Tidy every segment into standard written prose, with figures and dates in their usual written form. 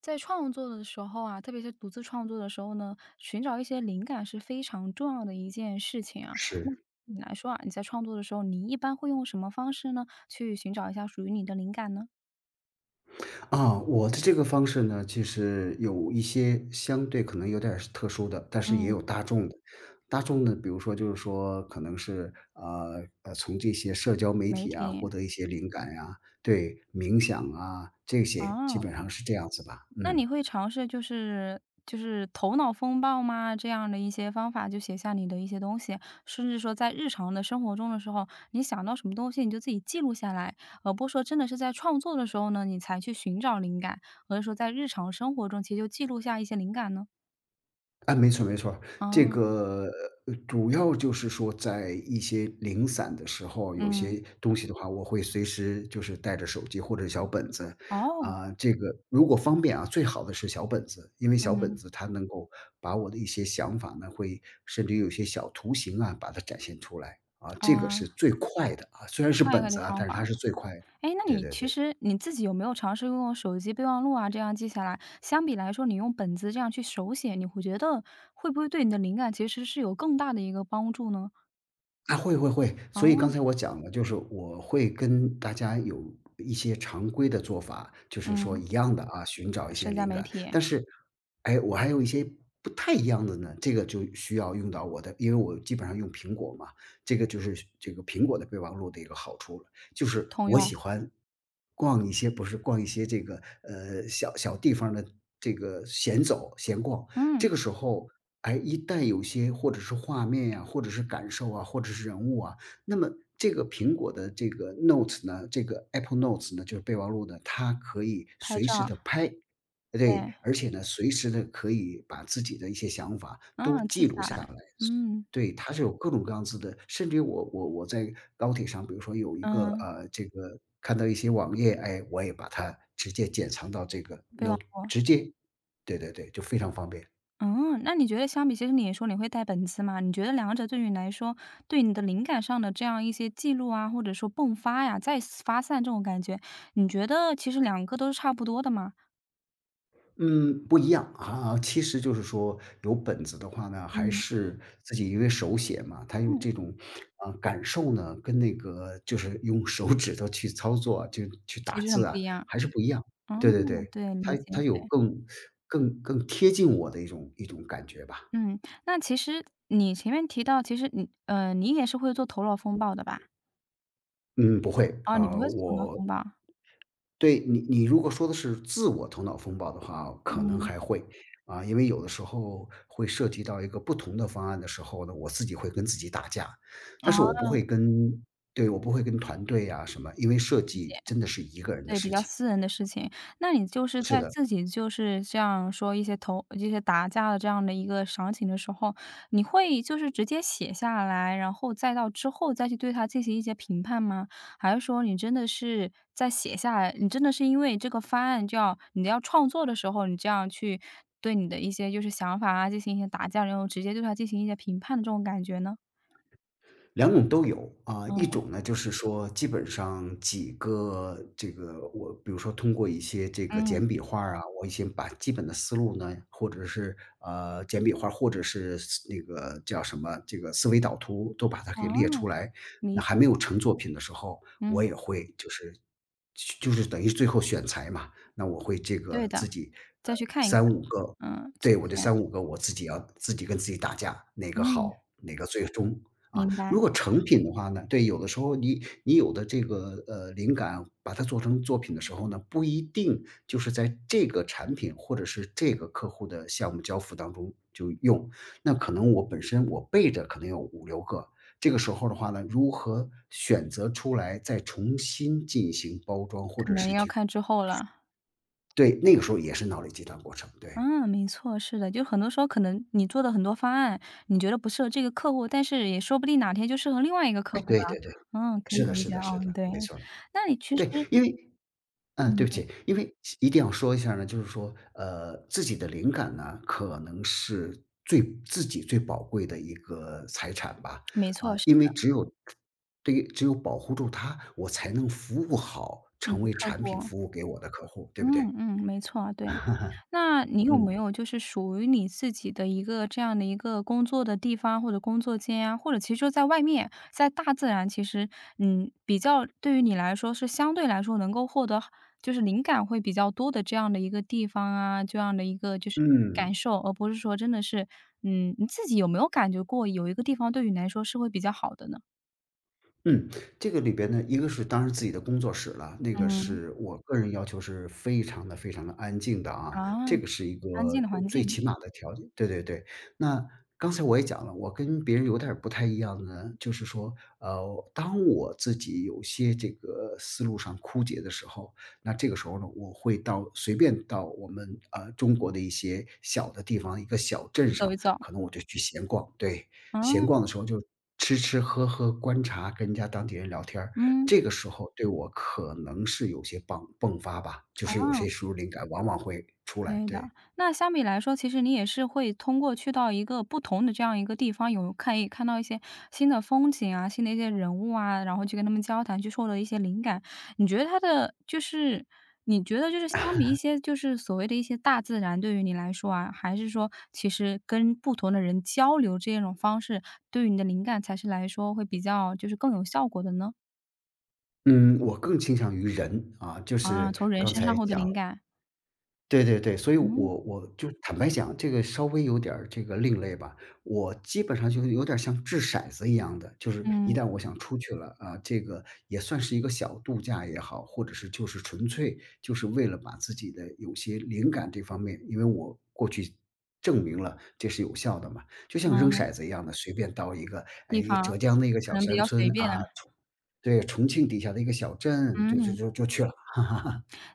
在创作的时候啊，特别是独自创作的时候呢，寻找一些灵感是非常重要的一件事情啊。那是，你来说啊，你在创作的时候，你一般会用什么方式呢，去寻找一下属于你的灵感呢？我的这个方式呢，其实有一些相对可能有点儿是特殊的，但是也嗯，有大众的。大众的，比如说就是说可能是，从这些社交媒媒体啊，获体得一些灵感呀，对，冥想啊，这些基啊。本上是这样子吧，那嗯。你会尝试就是头脑风暴吗？这样的一些方法，就写下你的一些东西，甚至说在日常的生活中的时候，你想到什么东西你就自己记录下来，而不是说真的是在创作的时候呢，你才去寻找灵感，而是说在日常生活中其实就记录下一些灵感呢？哎，没错没错儿。这啊，个，主要就是说在一些零散的时候，有嗯，些东西的话，我会随时就是带着手机或者小本子。哦，这个如果方便啊，最好的是小本子，因为小本嗯，子它能够把我的一些想法呢，会甚至有些小图形啊，把它展现出来，啊，这个啊，是最快的啊。虽然最是快一本个的子啊，方但是它法。是最快的。哎，那对你对其对。实你自己有没有尝试用手机备忘录啊，这样记下来？相比来说，你用本子这样去手写，你会觉得会不会对你的灵感其实是有更大的一个帮助呢？会会会，所以刚啊，才我讲了，就是我会跟大家有一些常规的做法，就是说嗯，一样的啊，寻找一些社交灵媒感。体但是，哎，我还有一些不太一样的呢，这个就需要用到我的，因为我基本上用苹果嘛，这个就是这个苹果的备忘录的一个好处了，就是通我用，喜欢逛一些，不是逛一些这个小小地方的这个闲走闲逛，嗯，这个时候，哎，一旦有些或者是画面呀、或者是感受啊，或者是人物啊，那么这个苹果的这个 Notes 呢，这个 Apple Notes 呢，就是备忘录呢，它可以拍随时照，的拍，对，对，而且呢，随时的可以把自己的一些想法都嗯，记记录下下来，来。嗯对，它是有各种各样子的，甚至于我在高铁上，比如说有一个嗯，这个看到一些网页，哎，我也把它直接剪藏到这个 备忘 Note，录。直接，对对对，就非常方便。嗯，那你觉得相比其实你也说你会带本子嘛，你觉得两者对于你来说，对你的灵感上的这样一些记录啊，或者说迸发呀、再次发散这种感觉，你觉得其实两个都是差不多的吗？嗯，不一样啊。其实就是说有本子的话呢，还嗯是嗯自己因为手写嘛，他用嗯，这种，啊，感受呢，跟那个就是用手指头去操作，就去其打实很字不啊，一样。还是嗯不一样。哦，对对对，对，它理解。它有更贴近我的一种感觉吧。嗯，那其实你前面提到，其实你也是会做头脑风暴的吧？嗯，不会，哦，你不会做头脑我风暴。对，你如果说的是自我头脑风暴的话，可能嗯，还会，因为有的时候会涉及到一个不同的方案的时候呢，我自己会跟自己打架，哦，但是我不会跟对，我不会跟团队啊什么，因为设理解。计真的是一个人的对，比事较情。私人的事情。那你就是是在的，自己就是这样说一些投一些打架的这样的一个场景的时候，你会就是直接写下来，然后再到之后再去对它进行一些评判吗？还是说你真的是在写下来，你真的是因为这个方案就要你要创作的时候，你这样去对你的一些就是想法啊进行一些打架，然后直接对它进行一些评判的这种感觉呢？两种都有，一嗯种呢，就是说基本上几个这个我比如说通过一些这个嗯，简笔画儿啊，我已经把基本的思路呢，或者是，简笔画儿或者是思那个叫什么，这个思维导图都把它给哦，列出来。那理还解，没有成作品的时候，我嗯。也会就是就是等于最后选材嘛，那我会这对个的，自己，再去看一看。三五个嗯，之对，我这前三五个我自己要自己跟自己打架，哪个嗯，好，哪个最终，啊，明白，如果成品的话呢，对，有的时候你有的这个，灵感，把它做成作品的时候呢，不一定就是在这个产品或者是这个客户的项目交付当中就用。那可能我本身我备着可能有五六个，这个时候的话呢，如何选择出来再重新进行包装，或可者能是要去看之后了。对，那个时候也是脑力激荡过程，对。嗯，没错，是的，就很多时候可能你做的很多方案，你觉得不适合这个客户，但是也说不定哪天就适合另外一个客哎，户对了。对对，嗯，可是以的理是解的啊，是的，对。没错儿。那你其实对，因为嗯，对不嗯，起，因为一定要说一下呢，就是说，自己的灵感呢，可能是最自己最宝贵的一个财产吧，没啊，错，是因的，为只有对，于只有保护住它，我才能服务好，你成的为客产品户服务给我的客户，对不对？嗯嗯，没错，对。那你有没嗯，有就是属于你自己的一个这样的一个工作的地方或者工作间啊，或者其实就在外面，在大自然其实，嗯，比较对于你来说是相对来说能够获得就是灵感会比较多的这样的一个地方啊，这样的一个就是嗯。感受，而不是说真的是，嗯，你自己有没有感觉过有一个地方对于你来说是会比较好的呢？嗯，这个里边呢，一个是当然自己的工作室了，那个嗯。是我个人要求是非常的、非常的安静的啊，啊，这个是一个安静的环最境，起码的条件。对对对。那刚才我也讲了，我跟别人有点儿不太一样的呢，就是说，当我自己有些这个思路上枯竭的时候，那这个时候呢，我会到随便到我们，中国的一些小的地方，一个小镇去走上，一走。可能我就去闲逛，对。闲嗯，逛的时候就吃吃喝喝、观察、跟人家当地人聊天儿，嗯，这个时候对我可能是有些迸发吧，就是啊。有些输入灵感往往会出来，对的，对。那相比来说，其实你也是会通过去到一个不同的这样一个地方，有可以看到一些新的风景啊，新的一些人物啊，然后去跟他们交谈，去获得一些灵感。你觉得他的就是你觉得就是相比一些就是所谓的一些大自然，对于你来说啊，还是说其实跟不同的人交流这种方式，对于你的灵感才是来说会比较就是更有效果的呢？嗯，我更倾向于人，就啊，是从人刚身才上获得讲灵感，对对对，所以嗯我就坦白讲，这个稍微有点儿这个另类吧。我基本上就是有点儿像掷骰子一样的，就是一嗯旦我想出去了啊，这个也算是一个小度假也好，或者是就是纯粹就是为了把自己的有些灵感这方面，因为我过去证明了这是有效的嘛，就像扔嗯，骰子一样的，随便到一个，地哎，方浙江的一个小可能比山较随村便啊。啊，重对，重庆底下的一个小镇，就就嗯，就就去了。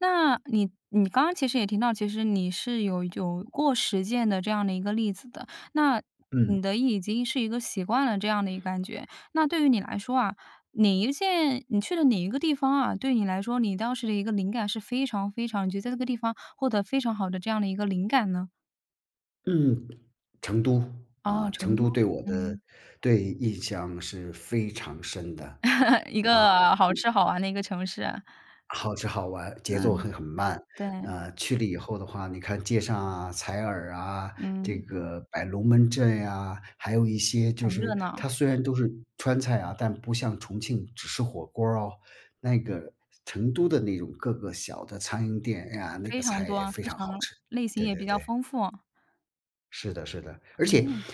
那你刚刚其实也提到，其实你是有过实践的这样的一个例子的，那嗯，你的已经是一个习惯了这样的一个感觉。那对于你来说啊，哪一件你去的哪一个地方啊，对你来说，你当时的一个灵感是非常非常你觉得在这个地方获得非常好的这样的一个灵感呢？嗯。成都，啊，啊，成成都，都对我的嗯，对，印象是非常深的。一个好吃好玩的一个城市啊，好吃好玩，节奏嗯，很慢，对，去了以后的话，你看街上啊、采耳啊，这嗯，个摆龙门阵呀，还有一些就很热是闹，它虽然都是川菜啊，但不像重庆只吃火锅儿哦，那个成都的那种各个小的餐饮店，哎呀，那非个常菜也多，非非常好常吃。类型对也比对较对，丰富。是的是的，而且嗯，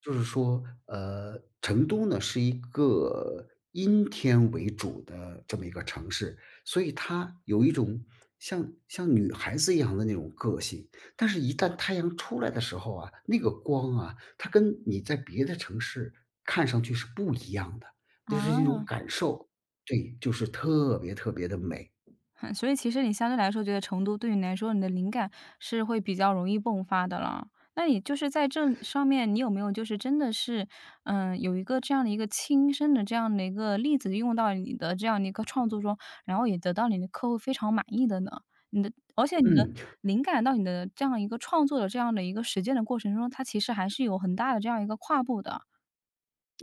就是说，成都呢是一个阴天为主的这么一个城市，所以它有一种像女孩子一样的那种个性。但是，一旦太阳出来的时候啊，那个光啊，它跟你在别的城市看上去是不一样的，啊，就是一种感受。对，就是特别特别的美，所以其实你相对来说觉得成都对你来说，你的灵感是会比较容易迸发的了。那你就是在这上面，你有没有就是真的是，嗯，有一个这样的一个亲身的这样的一个例子用到你的这样的一个创作中，然后也得到你的客户非常满意的呢？你的而且你的嗯。灵感到你的这样一个创作的这样的一个实践的过程中，它其实还是有很大的这样一个跨步的。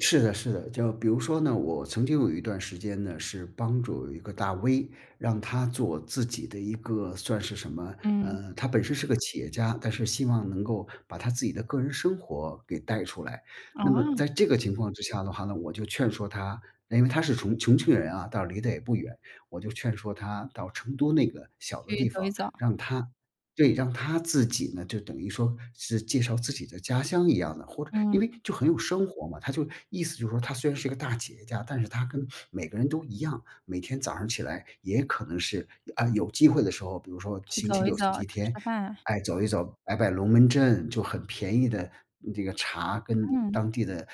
是的，是的，就比如说呢，我曾经有一段时间呢，是帮助有一个大 V，让他做自己的一个算是什么，嗯，他本身是个企业家，但是希望能够把他自己的个人生活给带出来。啊，那么在这个情况之下的话呢，我就劝说他，因为他是重庆人啊，倒离得也不远，我就劝说他到成都那个小的去地走一方，走，让他对，让他自己呢，就等于说是介绍自己的家乡一样的，或者嗯，因为就很有生活嘛，他就意思就是说，他虽然是一个大企业家，但是他跟每个人都一样，每天早上起来也可能是啊，有机会的时候，比如说去星期走一六、走，星期吃天吃饭，哎，走一走，摆摆龙门阵，就很便宜的这个茶，跟嗯。当地的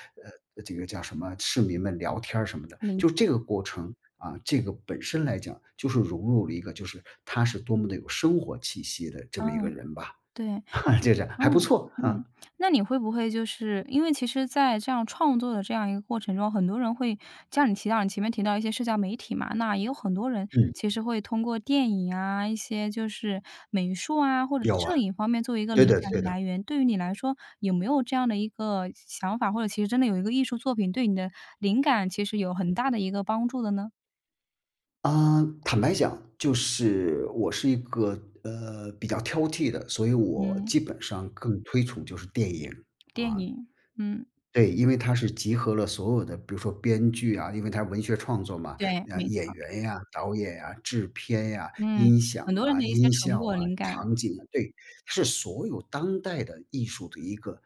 这个叫什么市民们聊天儿什么的，理就解，这个过程啊，这个本身来讲就是融入了一个，就是他是多么的有生活气息的这么一个嗯，人吧，对，就是还不嗯，错啊，嗯。那你会不会就是因为其实在这样创作的这样一个过程中，很多人会像你提到你前面提到一些社交媒体嘛，那也有很多人嗯，其实会通过电影啊，一些就是美术啊，或者有啊，摄影方面作为一个对灵的感的对的。来源。对于你来说，有没有这样的一个想法，或者其实真的有一个艺术作品对你的灵感其实有很大的一个帮助的呢？啊，坦白讲，就是我是一个比较挑剔的，所以我嗯，基本上更推崇就是电影电啊。影，嗯，对，因为它是集合了所有的，比如说编剧啊，因为它是文学创作嘛，对，啊，没演错，员呀、导演呀、制片呀、嗯，音响很多人啊、的一些音成效果啊、灵感。场景啊，对，是所有当代的艺术的一个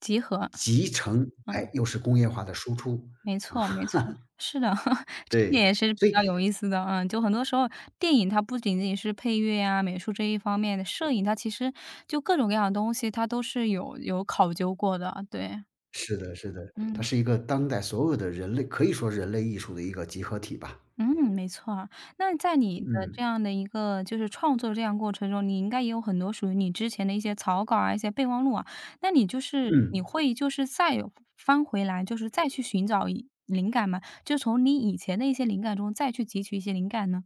集合，集成，哎，嗯，又是工业化的输出，没错没错，是的，这一点对，也是比所以较有意思的，嗯，就很多时候电影它不仅仅是配乐呀、美术这一方面的，摄影它其实就各种各样的东西，它都是有考究过的，对，是的，是的，它嗯。是一个当代所有的人类可以说人类艺术的一个集合体吧，嗯，没错啊。那在你的嗯，这样的一个就是创作这样过程中，你应该也有很多属于你之前的一些草稿啊，一些备忘录啊，那你就是你嗯。会就是再有翻回来，就是再去寻找一灵感吗？就从你以前的一些灵感中再去汲取一些灵感呢？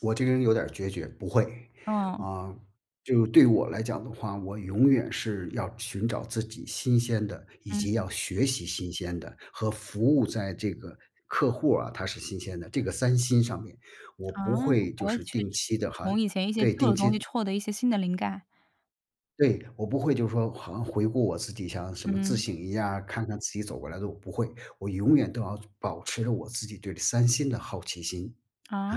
我这个人有点儿决绝，不会。嗯，啊，就对我来讲的话，我永远是要寻找自己新鲜的，以及嗯，要学习新鲜的和服务在这个客户啊，他是新鲜的，这个三新上面，我不啊，会不就会是去定期的，还从以前一些对，旧定的东西期获得一些新的灵感，对，我不会就是说好像回顾我自己，像什么自嗯。省一下，看看自己走过来的我不会，我永远都要保持着我自己对三新的好奇心。啊，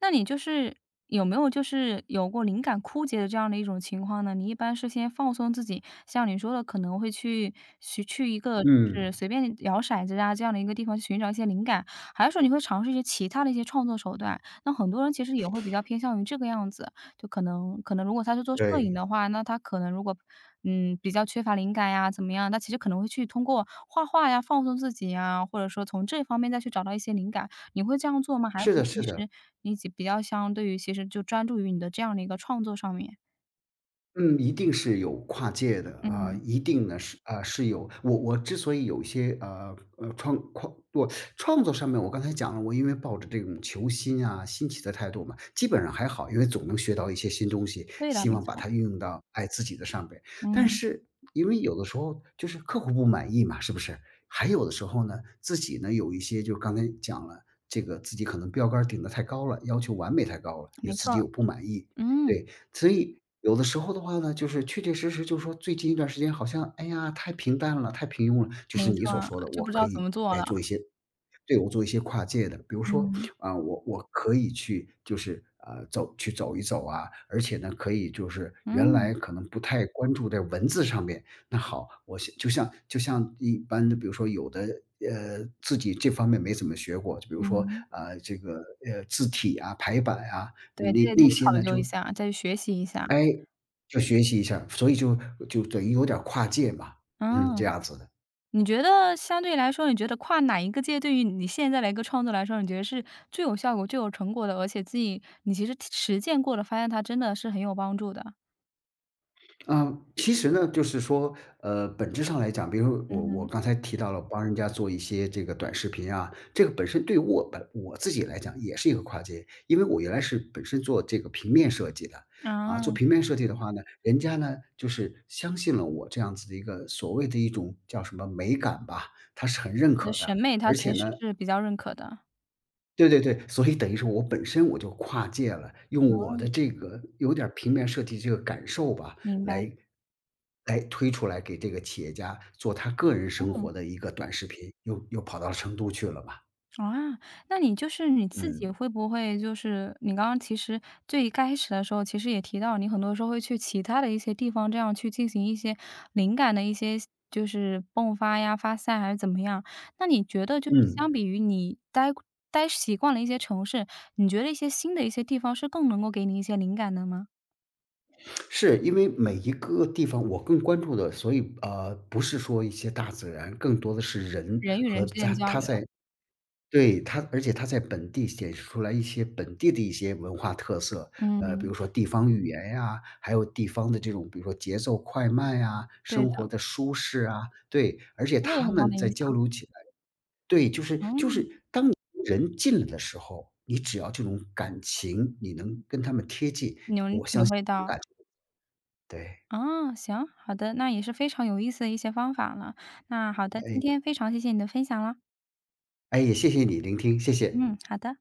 那你就是有没有就是有过灵感枯竭的这样的一种情况呢？你一般是先放松自己，像你说的可能会去一个就嗯，是随便摇骰子啊这样的一个地方去寻找一些灵感，还是说你会尝试一些其他的一些创作手段？那很多人其实也会比较偏向于这个样子，就可能如果他是做摄影对，的话，那他可能如果比较缺乏灵感呀怎么样，他其实可能会去通过画画呀放松自己呀，或者说从这方面再去找到一些灵感。你会这样做吗？还是是的其是的。实比较相对于其实就专注于你的这样的一个创作上面？嗯，一定是有跨界的啊，嗯，一定呢是啊，是有我之所以有一些我创作上面，我刚才讲了，我因为抱着这种求新啊、新奇的态度嘛，基本上还好，因为总能学到一些新东西，对的，希没望把错，它运用到爱自己的上边。但嗯，是因为有的时候就是客户不满意嘛，是不是？还有的时候呢，自己呢有一些就刚才讲了，这个自己可能标杆儿顶得太高了，要求完美太高了，也没错，自己有不满意。嗯，对，所以有的时候的话呢，就是确确实实就是说最近一段时间好像，哎呀，太平淡了，太平庸了。就是没你错，所说的，就我不知可道怎以，么做哎，了。做一些对，我做一些跨界的。比如说，嗯，啊，我可以去就是啊，走去走一走啊，而且呢，可以就是原嗯，来可能不太关注在文字上面，那好，我现就像一般的，比如说有的，自己这方面没怎么学过，就比如说嗯，啊，这个，字体啊、排版啊，对，这那也再那去些考呢，究一就下，再去学习一下。哎，就学习一下，所以就就等于有点儿跨界嘛，嗯，这嗯，样子的。你觉得相对来说，你觉得跨哪一个界对于你现在的一个创作来说，你觉得是最有效果、最有成果的，而且自己你其实实践过了，发现它真的是很有帮助的？啊，其实呢，就是说，本质上来讲，比如说我嗯，刚才提到了帮人家做一些这个短视频啊，这个本身对我自己来讲也是一个跨界，因为我原来是本身做这个平面设计的，啊，做啊。平面设计的话呢，人家呢就是相信了我这样子的一个所谓的一种叫什么美感吧，他是很认你的可审的，美他而且其实呢，是比较认可的，对对对，所以等于说我本身我就跨界了，用我的这个有点儿平面设计这个感受吧，明白。来来推出来给这个企业家做他个人生嗯，活的一个短视频，又又跑到成都去了嘛。啊，那你就是你自己嗯。会不会就是你刚刚其实最一开始的时候，其实也提到你很多时候会去其他的一些地方，这样去进行一些灵感的一些就是迸发呀、发散还是怎么样？那你觉得就是嗯，相比于你待习惯了一些城市，你觉得一些新的一些地方是更能够给你一些灵感的吗？是，因为每一个地方我更关注的，所以，不是说一些大自然，更多的是人人与人和之间在交他流，在对，它而且它在本地显示出来一些本地的一些文化特色，比嗯，如说地方语言呀，还有地方的这种，比如说节奏快慢呀，对生活的，的舒适啊，对，而且会有他很大们的在影响，交流起来，对，就是就嗯。是当你跟人近了的时候，你只要这种感情，你能跟他们贴近，你能体会到，对，啊，行，好的，那也是非常有意思的一些方法了。那好的，今哎，天非常谢谢你的分享了。哎，也谢谢你聆听，谢谢。嗯，好的。